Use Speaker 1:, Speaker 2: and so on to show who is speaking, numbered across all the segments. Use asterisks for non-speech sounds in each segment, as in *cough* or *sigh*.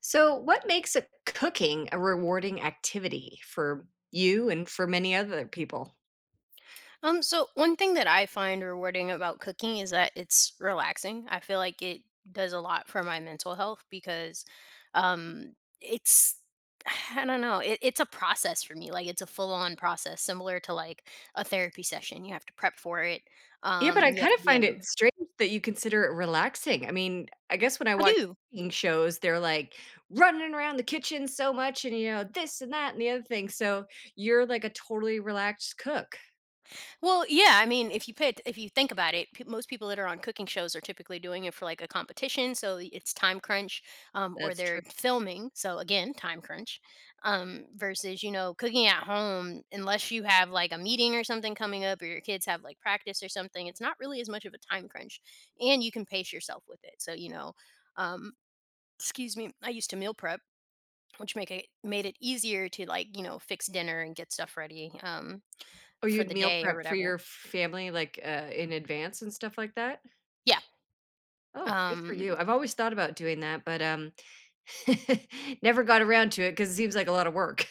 Speaker 1: So, what makes a cooking a rewarding activity for you and for many other people?
Speaker 2: So one thing that I find rewarding about cooking is that it's relaxing. I feel like it does a lot for my mental health because it's *sighs* I don't know. It's a process for me. Like it's a full-on process, similar to like a therapy session. You have to prep for it.
Speaker 1: Yeah, but I
Speaker 2: You
Speaker 1: kind
Speaker 2: have
Speaker 1: of
Speaker 2: to be
Speaker 1: find
Speaker 2: in
Speaker 1: it
Speaker 2: them.
Speaker 1: strange that you consider it relaxing. I mean, I guess when I
Speaker 2: I
Speaker 1: watch
Speaker 2: do.
Speaker 1: cooking shows, they're like running around the kitchen so much and, you know, this and that and the other thing. So, you're like a totally relaxed cook.
Speaker 2: Well, yeah, I mean, if you think about it, most people that are on cooking shows are typically doing it for like a competition, so it's time crunch, or
Speaker 1: That's
Speaker 2: they're
Speaker 1: true.
Speaker 2: filming, so again, time crunch. Versus, you know, cooking at home, unless you have like a meeting or something coming up, or your kids have like practice or something, it's not really as much of a time crunch, and you can pace yourself with it. So, you know, um, excuse me, I used to meal prep, which make it made it easier to like you know fix dinner and get stuff ready.
Speaker 1: Oh,
Speaker 2: For
Speaker 1: you'd
Speaker 2: the
Speaker 1: meal
Speaker 2: day or
Speaker 1: prep for
Speaker 2: whatever.
Speaker 1: your family like in advance and stuff like that?
Speaker 2: Yeah.
Speaker 1: Oh, good for you.
Speaker 2: Um,
Speaker 1: I've always thought about doing that, but *laughs* never got around to it because it seems like a lot of work.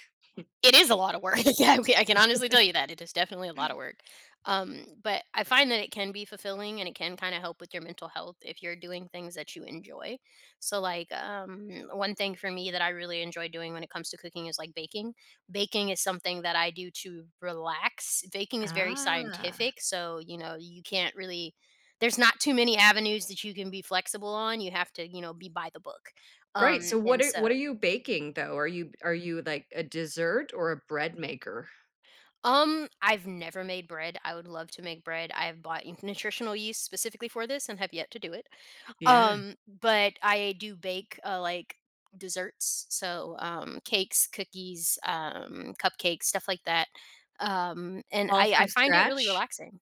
Speaker 2: it is a lot of work. *laughs* Yeah, we I can honestly tell you that. It is definitely a lot of work. But I find that it can be fulfilling and it can kinda help with your mental health if you're doing things that you enjoy. So, one thing for me that I really enjoy doing when it comes to cooking is, like, baking. Baking is something that I do to relax. Baking is very
Speaker 1: Ah,
Speaker 2: scientific, so, you know, you can't really there's not too many avenues that you can be flexible on. You have to, you know, be by the book.
Speaker 1: right, so what
Speaker 2: And
Speaker 1: are what are
Speaker 2: so
Speaker 1: you baking, though? Are you, like, a dessert or a bread maker?
Speaker 2: I've never made bread. I would love to make bread. I have bought nutritional yeast specifically for this and have yet to do it.
Speaker 1: Yeah.
Speaker 2: But I do bake like desserts, so cakes, cookies, cupcakes, stuff like that. Um, and
Speaker 1: All
Speaker 2: I, I
Speaker 1: from
Speaker 2: find it really
Speaker 1: scratch?
Speaker 2: relaxing.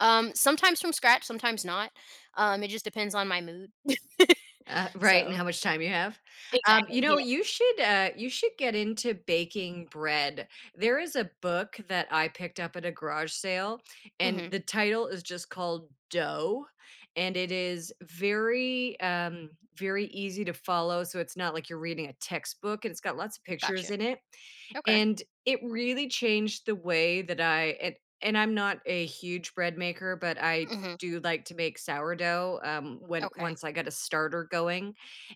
Speaker 2: Sometimes from scratch, sometimes not. It just depends on my mood. *laughs*
Speaker 1: Right, and
Speaker 2: so
Speaker 1: how much time you have.
Speaker 2: exactly.
Speaker 1: You know,
Speaker 2: Yeah.
Speaker 1: you should get into baking bread. There is a book that I picked up at a garage sale, and
Speaker 2: Mm-hmm.
Speaker 1: the title is just called Dough, and it is very very easy to follow. So it's not like you're reading a textbook, and it's got lots of pictures
Speaker 2: Gotcha.
Speaker 1: in it,
Speaker 2: Okay.
Speaker 1: and it really changed the way that I. And I'm not a huge bread maker, but I
Speaker 2: Mm-hmm.
Speaker 1: do like to make sourdough, when
Speaker 2: Okay.
Speaker 1: once I got a starter going,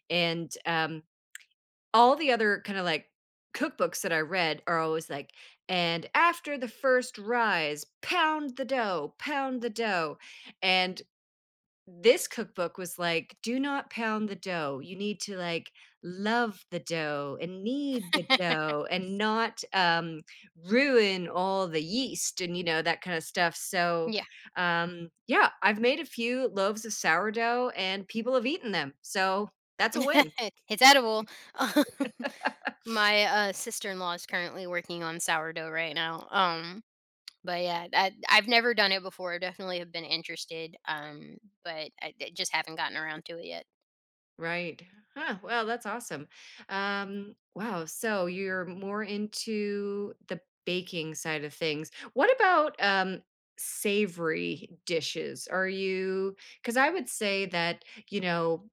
Speaker 1: and, all the other kinda, like, cookbooks that I read are always like, "And after the first rise, pound the dough," and this cookbook was like, "Do not pound the dough. You need to, like, love the dough and knead the
Speaker 2: *laughs*
Speaker 1: dough and not, ruin all the yeast," and, you know, that kinda stuff, so,
Speaker 2: Yeah.
Speaker 1: yeah, I've made a few loaves of sourdough, and people have eaten them, so that's a win.
Speaker 2: *laughs* It's edible. *laughs* My, sister-in-law is currently working on sourdough right now, but yeah, I've never done it before. I definitely have been interested, but I just haven't gotten around to it yet.
Speaker 1: Right. Huh, well, that's awesome. Wow, so you're more into the baking side of things. What about, savory dishes? Are you? Because I would say that, you know,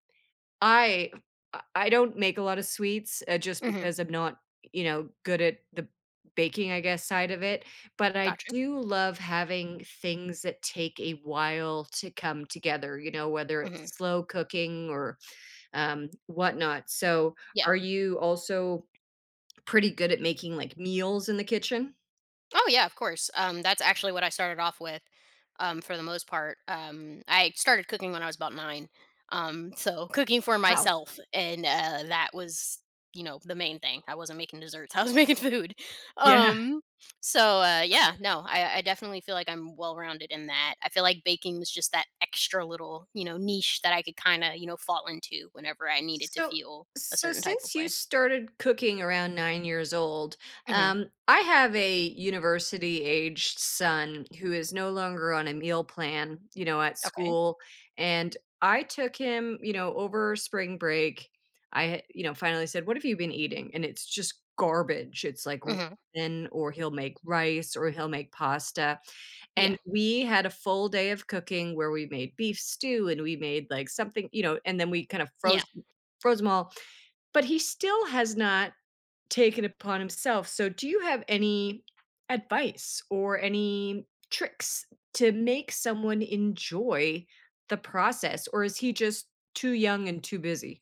Speaker 1: I I don't make a lot of sweets, just
Speaker 2: Mhm.
Speaker 1: because I'm not, you know, good at the baking, I guess, side of it, but I
Speaker 2: Gotcha.
Speaker 1: do love having things that take a while to come together, you know, whether
Speaker 2: Mhm.
Speaker 1: it's slow cooking or whatnot. So,
Speaker 2: Yeah.
Speaker 1: are you also pretty good at making, like, meals in the kitchen?
Speaker 2: Oh yeah, of course. That's actually what I started off with, for the most part. I started cooking when I was about 9, so cooking for
Speaker 1: Wow.
Speaker 2: myself, and that was, you know, the main thing. I wasn't making desserts; *laughs* I was making food. Um, yeah, no, I definitely feel like I'm well-rounded in that. I feel like baking was just that extra little, you know, niche that I could kind of, you know, fall into whenever I needed to
Speaker 1: So
Speaker 2: feel a
Speaker 1: so
Speaker 2: certain type of
Speaker 1: since you
Speaker 2: way.
Speaker 1: started cooking around 9 years old,
Speaker 2: Hmm.
Speaker 1: I have a university-aged son who is no longer on a meal plan, you know, at
Speaker 2: Okay.
Speaker 1: school, and I took him, you know, over spring break. I, you know, finally said, "What have you been eating?" And it's just garbage. It's like
Speaker 2: Hmm.
Speaker 1: ramen, or he'll make rice, or he'll make pasta. And
Speaker 2: Yeah.
Speaker 1: we had a full day of cooking where we made beef stew and we made like something, you know, and then we kind of froze
Speaker 2: Yeah.
Speaker 1: Rosemall, but he still has not taken upon himself. So do you have any advice or any tricks to make someone enjoy the process, or is he just too young and too busy?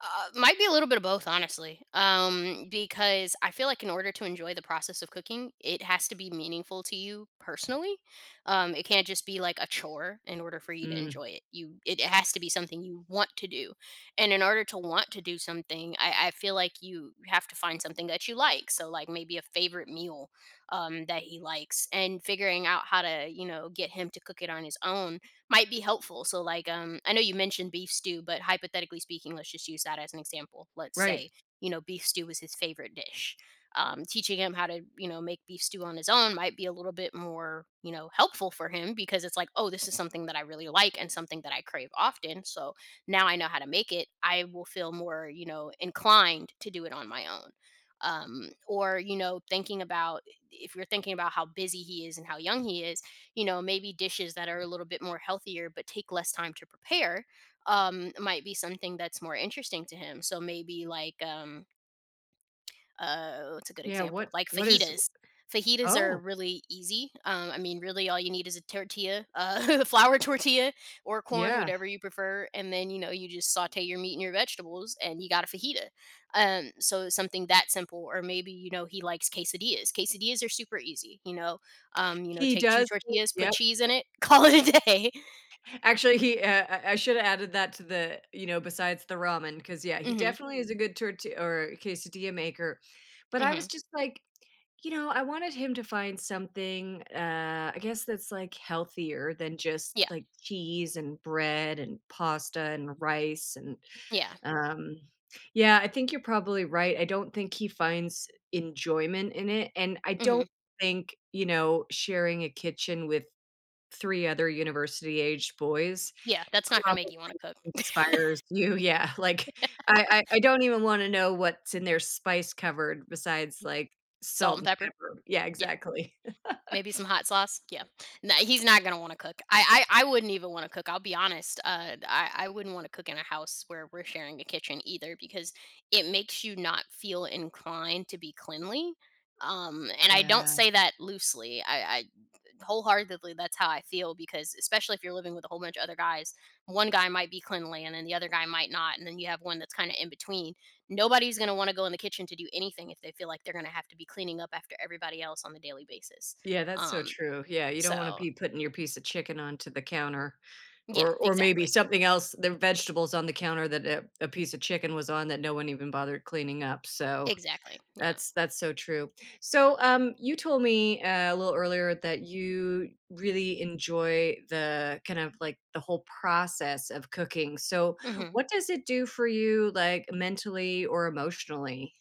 Speaker 2: Might be a little bit of both, honestly. Because I feel like in order to enjoy the process of cooking, it has to be meaningful to you personally. It can't just be like a chore in order for you to
Speaker 1: Mm,
Speaker 2: enjoy it. You, it has to be something you want to do, and in order to want to do something, I feel like you have to find something that you like. So, like maybe a favorite meal, that he likes, and figuring out how to, you know, get him to cook it on his own might be helpful. So I know you mentioned beef stew, but hypothetically speaking, let's just use that as an example. Let's
Speaker 1: right.
Speaker 2: say, you know, beef stew is his favorite dish. Teaching him how to, you know, make beef stew on his own might be a little bit more, you know, helpful for him because it's like, oh, this is something that I really like and something that I crave often. So now I know how to make it. I will feel more, you know, inclined to do it on my own. Or you know thinking about, if you're thinking about how busy he is and how young he is, you know maybe dishes that are a little bit more healthier but take less time to prepare. Might be something that's more interesting to him, so maybe what's a good
Speaker 1: Yeah,
Speaker 2: example? Like
Speaker 1: what is
Speaker 2: fajitas. Fajitas are
Speaker 1: Oh,
Speaker 2: really easy. I mean, really, all you need is a tortilla, *laughs* flour tortilla or corn,
Speaker 1: yeah.
Speaker 2: whatever you prefer, and then you know you just saute your meat and your vegetables, and you got a fajita. So something that simple, or maybe you know he likes quesadillas. Quesadillas are super easy. You know,
Speaker 1: He
Speaker 2: take two
Speaker 1: does.
Speaker 2: tortillas, put
Speaker 1: Yep.
Speaker 2: cheese in it, *laughs* call it a day.
Speaker 1: Actually, he uh, I should have added that to the, you know, besides the ramen, because yeah, he
Speaker 2: Hmm.
Speaker 1: definitely is a good tortilla or quesadilla maker. But I was
Speaker 2: Hmm.
Speaker 1: just like, you know, I wanted him to find something, I guess that's like healthier than just
Speaker 2: Yeah.
Speaker 1: like cheese and bread and pasta and rice and
Speaker 2: Yeah.
Speaker 1: um yeah, I think you're probably right. I don't think he finds enjoyment in it. And I
Speaker 2: Hmm.
Speaker 1: don't think, you know, sharing a kitchen with three other university aged boys
Speaker 2: Yeah. That's not gonna make
Speaker 1: probably
Speaker 2: you want to cook. *laughs*
Speaker 1: inspires you, yeah, like, I don't even wanna know what's in their spice covered besides, like,
Speaker 2: Salt
Speaker 1: salt
Speaker 2: and
Speaker 1: and
Speaker 2: pepper.
Speaker 1: pepper. Yeah,
Speaker 2: Yeah.
Speaker 1: exactly. *laughs*
Speaker 2: Maybe some hot sauce? Yeah. No, he's not gonna wanna cook. I wouldn't even wanna cook, I'll be honest. I wouldn't wanna cook in a house where we're sharing a kitchen either because it makes you not feel inclined to be cleanly, and I don't
Speaker 1: Yeah.
Speaker 2: say that loosely. I Wholeheartedly, that's how I feel because especially if you're living with a whole bunch of other guys, one guy might be cleanly and then the other guy might not, and then you have one that's kinda in between. Nobody's gonna wanna go in the kitchen to do anything if they feel like they're gonna have to be cleaning up after everybody else on a daily basis.
Speaker 1: Yeah, that's so
Speaker 2: Um,
Speaker 1: true, yeah, you don't wanna
Speaker 2: so
Speaker 1: be putting your piece of chicken onto the counter
Speaker 2: yeah,
Speaker 1: or maybe
Speaker 2: exactly.
Speaker 1: something else, the vegetables on the counter that a piece of chicken was on that no one even bothered cleaning up, so
Speaker 2: Exactly. Yeah.
Speaker 1: that's so true. So, you told me, a little earlier that you really enjoy the kind of, like, the whole process of cooking. So,
Speaker 2: Mhm.
Speaker 1: what does it do for you, like, mentally or emotionally?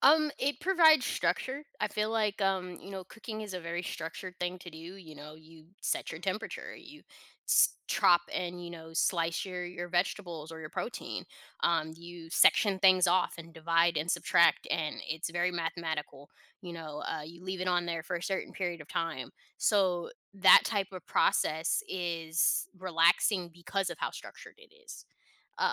Speaker 2: It provides structure. I feel like you know, cooking is a very structured thing to do. You know, you set your temperature, you chop and you know slice your vegetables or your protein. You section things off and divide and subtract, and it's very mathematical. You know, you leave it on there for a certain period of time. So that type of process is relaxing because of how structured it is.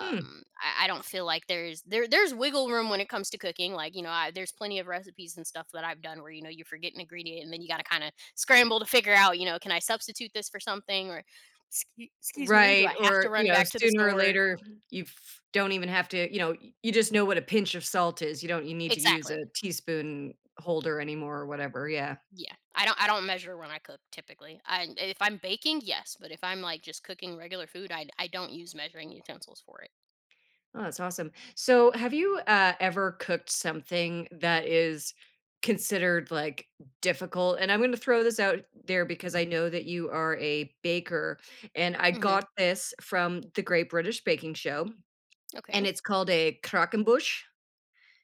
Speaker 1: Hmm.
Speaker 2: I, I don't feel like there's wiggle room when it comes to cooking, like you know there's plenty of recipes and stuff that I've done where you know you forget an ingredient and then you got to kind of scramble to figure out, you know, can I substitute this for something, or excuse me, do
Speaker 1: Right,
Speaker 2: I have
Speaker 1: or,
Speaker 2: to
Speaker 1: you
Speaker 2: run
Speaker 1: know,
Speaker 2: back to the
Speaker 1: sooner or
Speaker 2: store?"
Speaker 1: later, you f don't even have to you know, y you just know what a pinch of salt is. You don't you need to use a
Speaker 2: Exactly.
Speaker 1: teaspoon holder anymore or whatever, yeah.
Speaker 2: Yeah, I don't measure when I cook typically. I if I'm baking yes, but if I'm like just cooking regular food I don't use measuring utensils for it.
Speaker 1: Oh, that's awesome. So, have you ever cooked something that is considered like difficult? And I'm going to throw this out there because I know that you are a baker, and I
Speaker 2: Hmm.
Speaker 1: got this from the Great British Baking Show, and
Speaker 2: Okay.
Speaker 1: it's called a Krakenbush.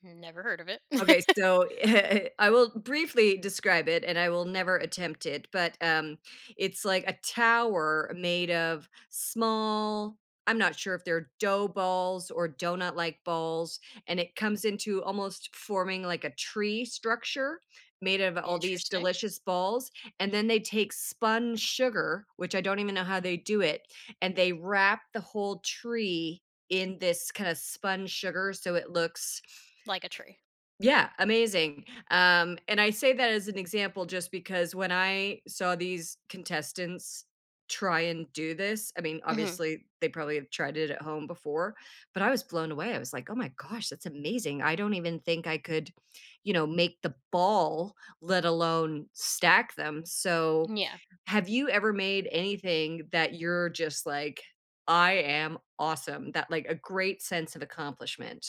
Speaker 2: Never heard of it.
Speaker 1: Okay, so *laughs* I will briefly describe it, and I will never attempt it, but, it's like a tower made of small I'm not sure if they're dough balls or donut like balls, and it comes into almost forming like a tree structure made
Speaker 2: *laughs*
Speaker 1: of all these
Speaker 2: Interesting.
Speaker 1: delicious balls, and then they take spun sugar, which I don't even know how they do it, and they wrap the whole tree in this kinda spun sugar so it looks
Speaker 2: Like a tree.
Speaker 1: yeah, amazing. And I say that as an example just because when I saw these contestants try and do this, I mean,
Speaker 2: Hmm.
Speaker 1: obviously they probably have tried it at home before, but I was blown away. I was like, "Oh my gosh, that's amazing. I don't even think I could, you know, make the ball, let alone stack them." So,
Speaker 2: Yeah.
Speaker 1: have you ever made anything that you're just like, "I am awesome," that like a great sense of accomplishment?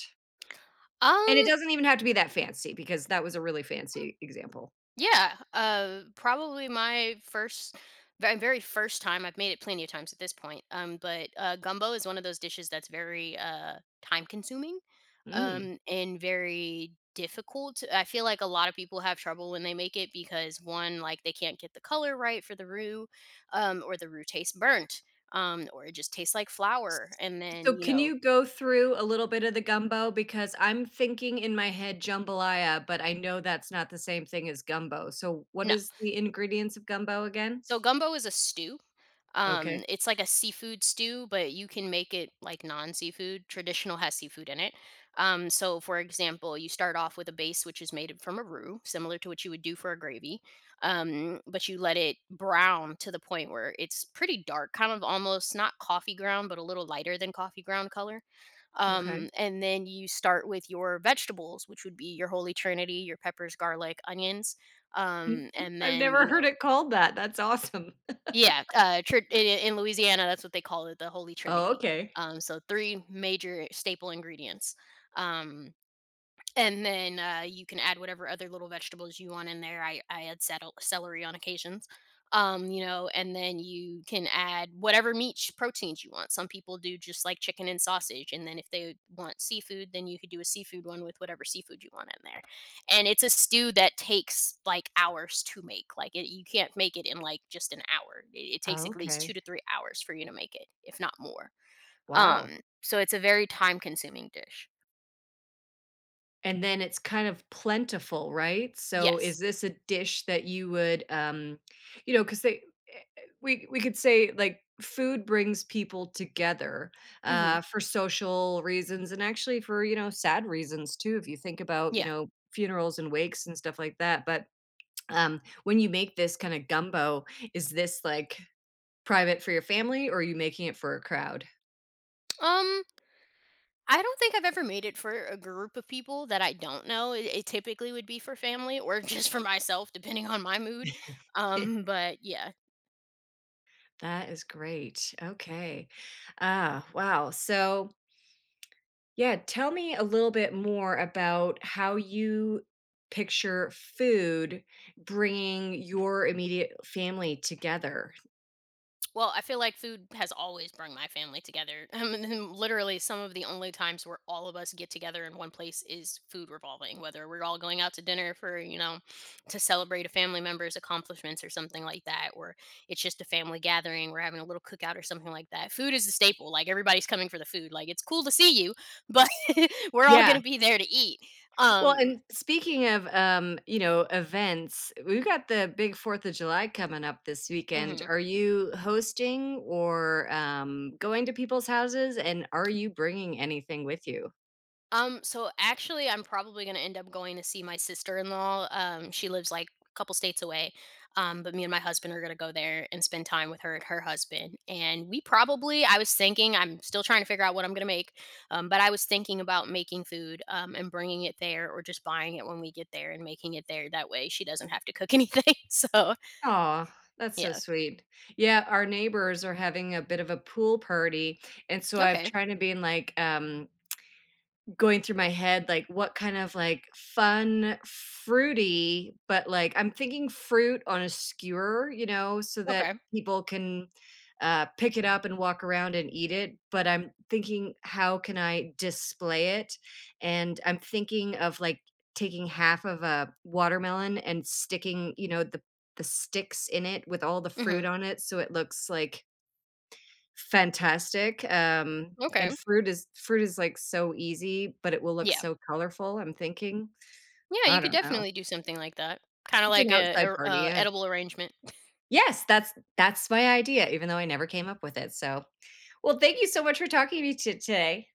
Speaker 1: And it
Speaker 2: Um,
Speaker 1: doesn't even have to be that fancy because that was a really fancy example.
Speaker 2: Yeah, probably my first, very first time. I've made it plenty of times at this point. But Gumbo is one of those dishes that's very time consuming.
Speaker 1: Mm.
Speaker 2: And very difficult. I feel like a lot of people have trouble when they make it because one, like they can't get the color right for the roux, or the roux tastes burnt, or it just tastes like
Speaker 1: S
Speaker 2: flour. And then
Speaker 1: So
Speaker 2: you
Speaker 1: can
Speaker 2: know,
Speaker 1: you go through a little bit of the gumbo? Because I'm thinking in my head jambalaya, but I know that's not the same thing as gumbo. So what
Speaker 2: no.
Speaker 1: is the ingredients of gumbo again?
Speaker 2: So gumbo is a stew.
Speaker 1: Okay,
Speaker 2: It's like a seafood stew, but you can make it like non-seafood. Traditional has seafood in it. So for example, you start off with a base which is made from a roux, similar to what you would do for a gravy. But you let it brown to the point where it's pretty dark, kind of almost not coffee ground, but a little lighter than coffee ground color.
Speaker 1: okay.
Speaker 2: And then you start with your vegetables, which would be your holy trinity, your peppers, garlic, onions,
Speaker 1: Mhm.
Speaker 2: and
Speaker 1: I've
Speaker 2: then you
Speaker 1: never heard
Speaker 2: know,
Speaker 1: it called that. That's awesome. *laughs*
Speaker 2: yeah, tr in Louisiana, that's what they call it, the Holy
Speaker 1: Oh,
Speaker 2: Trinity.
Speaker 1: okay.
Speaker 2: So 3 major staple ingredients. Um, you can add whatever other little vegetables you want in there. I add cettle celery on occasions. You know, and then you can add whatever meat sh proteins you want. Some people do just, like, chicken and sausage, and then if they want seafood, then you could do a seafood one with whatever seafood you want in there. And it's a stew that takes, like, hours to make. Like, it you can't make it in, like, just an hour. It takes
Speaker 1: Oh,
Speaker 2: at least 2
Speaker 1: okay.
Speaker 2: to 3 hours for you to make it, if not more.
Speaker 1: Wow.
Speaker 2: So it's a very time-consuming dish.
Speaker 1: And then it's kind of plentiful, right? So
Speaker 2: Yes.
Speaker 1: is this a dish that you would you know because they we could say like food brings people together
Speaker 2: Mhm.
Speaker 1: for social reasons and actually for, you know, sad reasons too if you think about, you
Speaker 2: Yeah.
Speaker 1: know, funerals and wakes and stuff like that. But when you make this kind of gumbo, is this like private for your family or are you making it for a crowd?
Speaker 2: Um, I don't think I've ever made it for a group of people that I don't know. It typically would be for family or *laughs* just for myself, depending on my mood. But yeah.
Speaker 1: That is great. Okay. Ah, wow. So yeah, tell me a little bit more about how you picture food bringing your immediate family together.
Speaker 2: Well, I feel like food has always brought my family together. *laughs* And Literally, some of the only times where all of us get together in one place is food revolving, whether we're all going out to dinner for, you know, to celebrate a family member's accomplishments or something like that, or it's just a family gathering, we're having a little cookout or something like that. Food is the staple. Like, everybody's coming for the food. Like, it's cool to see you, but *laughs* we're all
Speaker 1: Yeah.
Speaker 2: going to be there to eat.
Speaker 1: Well,
Speaker 2: Um,
Speaker 1: and speaking of, you know, events, we've got the big 4th of July coming up this weekend.
Speaker 2: mhm.
Speaker 1: Are you hosting or, going to people's houses, and are you bringing anything with you?
Speaker 2: So actually, I'm probably gonna end up going to see my sister-in-law. She lives like a couple states away. But me and my husband are gonna go there and spend time with her and her husband. I was thinking, I'm still trying to figure out what I'm gonna make. But I was thinking about making food, and bringing it there, or just buying it when we get there and making it there. That way, she doesn't have to cook *laughs* anything. So
Speaker 1: Oh, that's so
Speaker 2: yeah.
Speaker 1: sweet. Yeah, our neighbors are having a bit of a pool party, and so I've
Speaker 2: Okay.
Speaker 1: trying to been like, going through my head like what kind of like fun fruity but like I'm thinking fruit on a skewer you know so that
Speaker 2: Okay.
Speaker 1: people can pick it up and walk around and eat it but I'm thinking how can I display it and I'm thinking of like taking half of a watermelon and sticking you know the sticks in it with all the
Speaker 2: Mm-hmm.
Speaker 1: fruit on it so it looks like fantastic, and
Speaker 2: Okay.
Speaker 1: fruit is, like, so easy, but it will look
Speaker 2: Yeah.
Speaker 1: so colorful, I'm thinking.
Speaker 2: Yeah. You
Speaker 1: I
Speaker 2: could
Speaker 1: don't know.
Speaker 2: definitely do something like that. Kind of
Speaker 1: It's an
Speaker 2: like
Speaker 1: outside
Speaker 2: a, a,
Speaker 1: party,
Speaker 2: a
Speaker 1: yeah.
Speaker 2: edible arrangement.
Speaker 1: Yes, that's my idea, even though I never came up with it, so well, thank you so much for talking to me to today.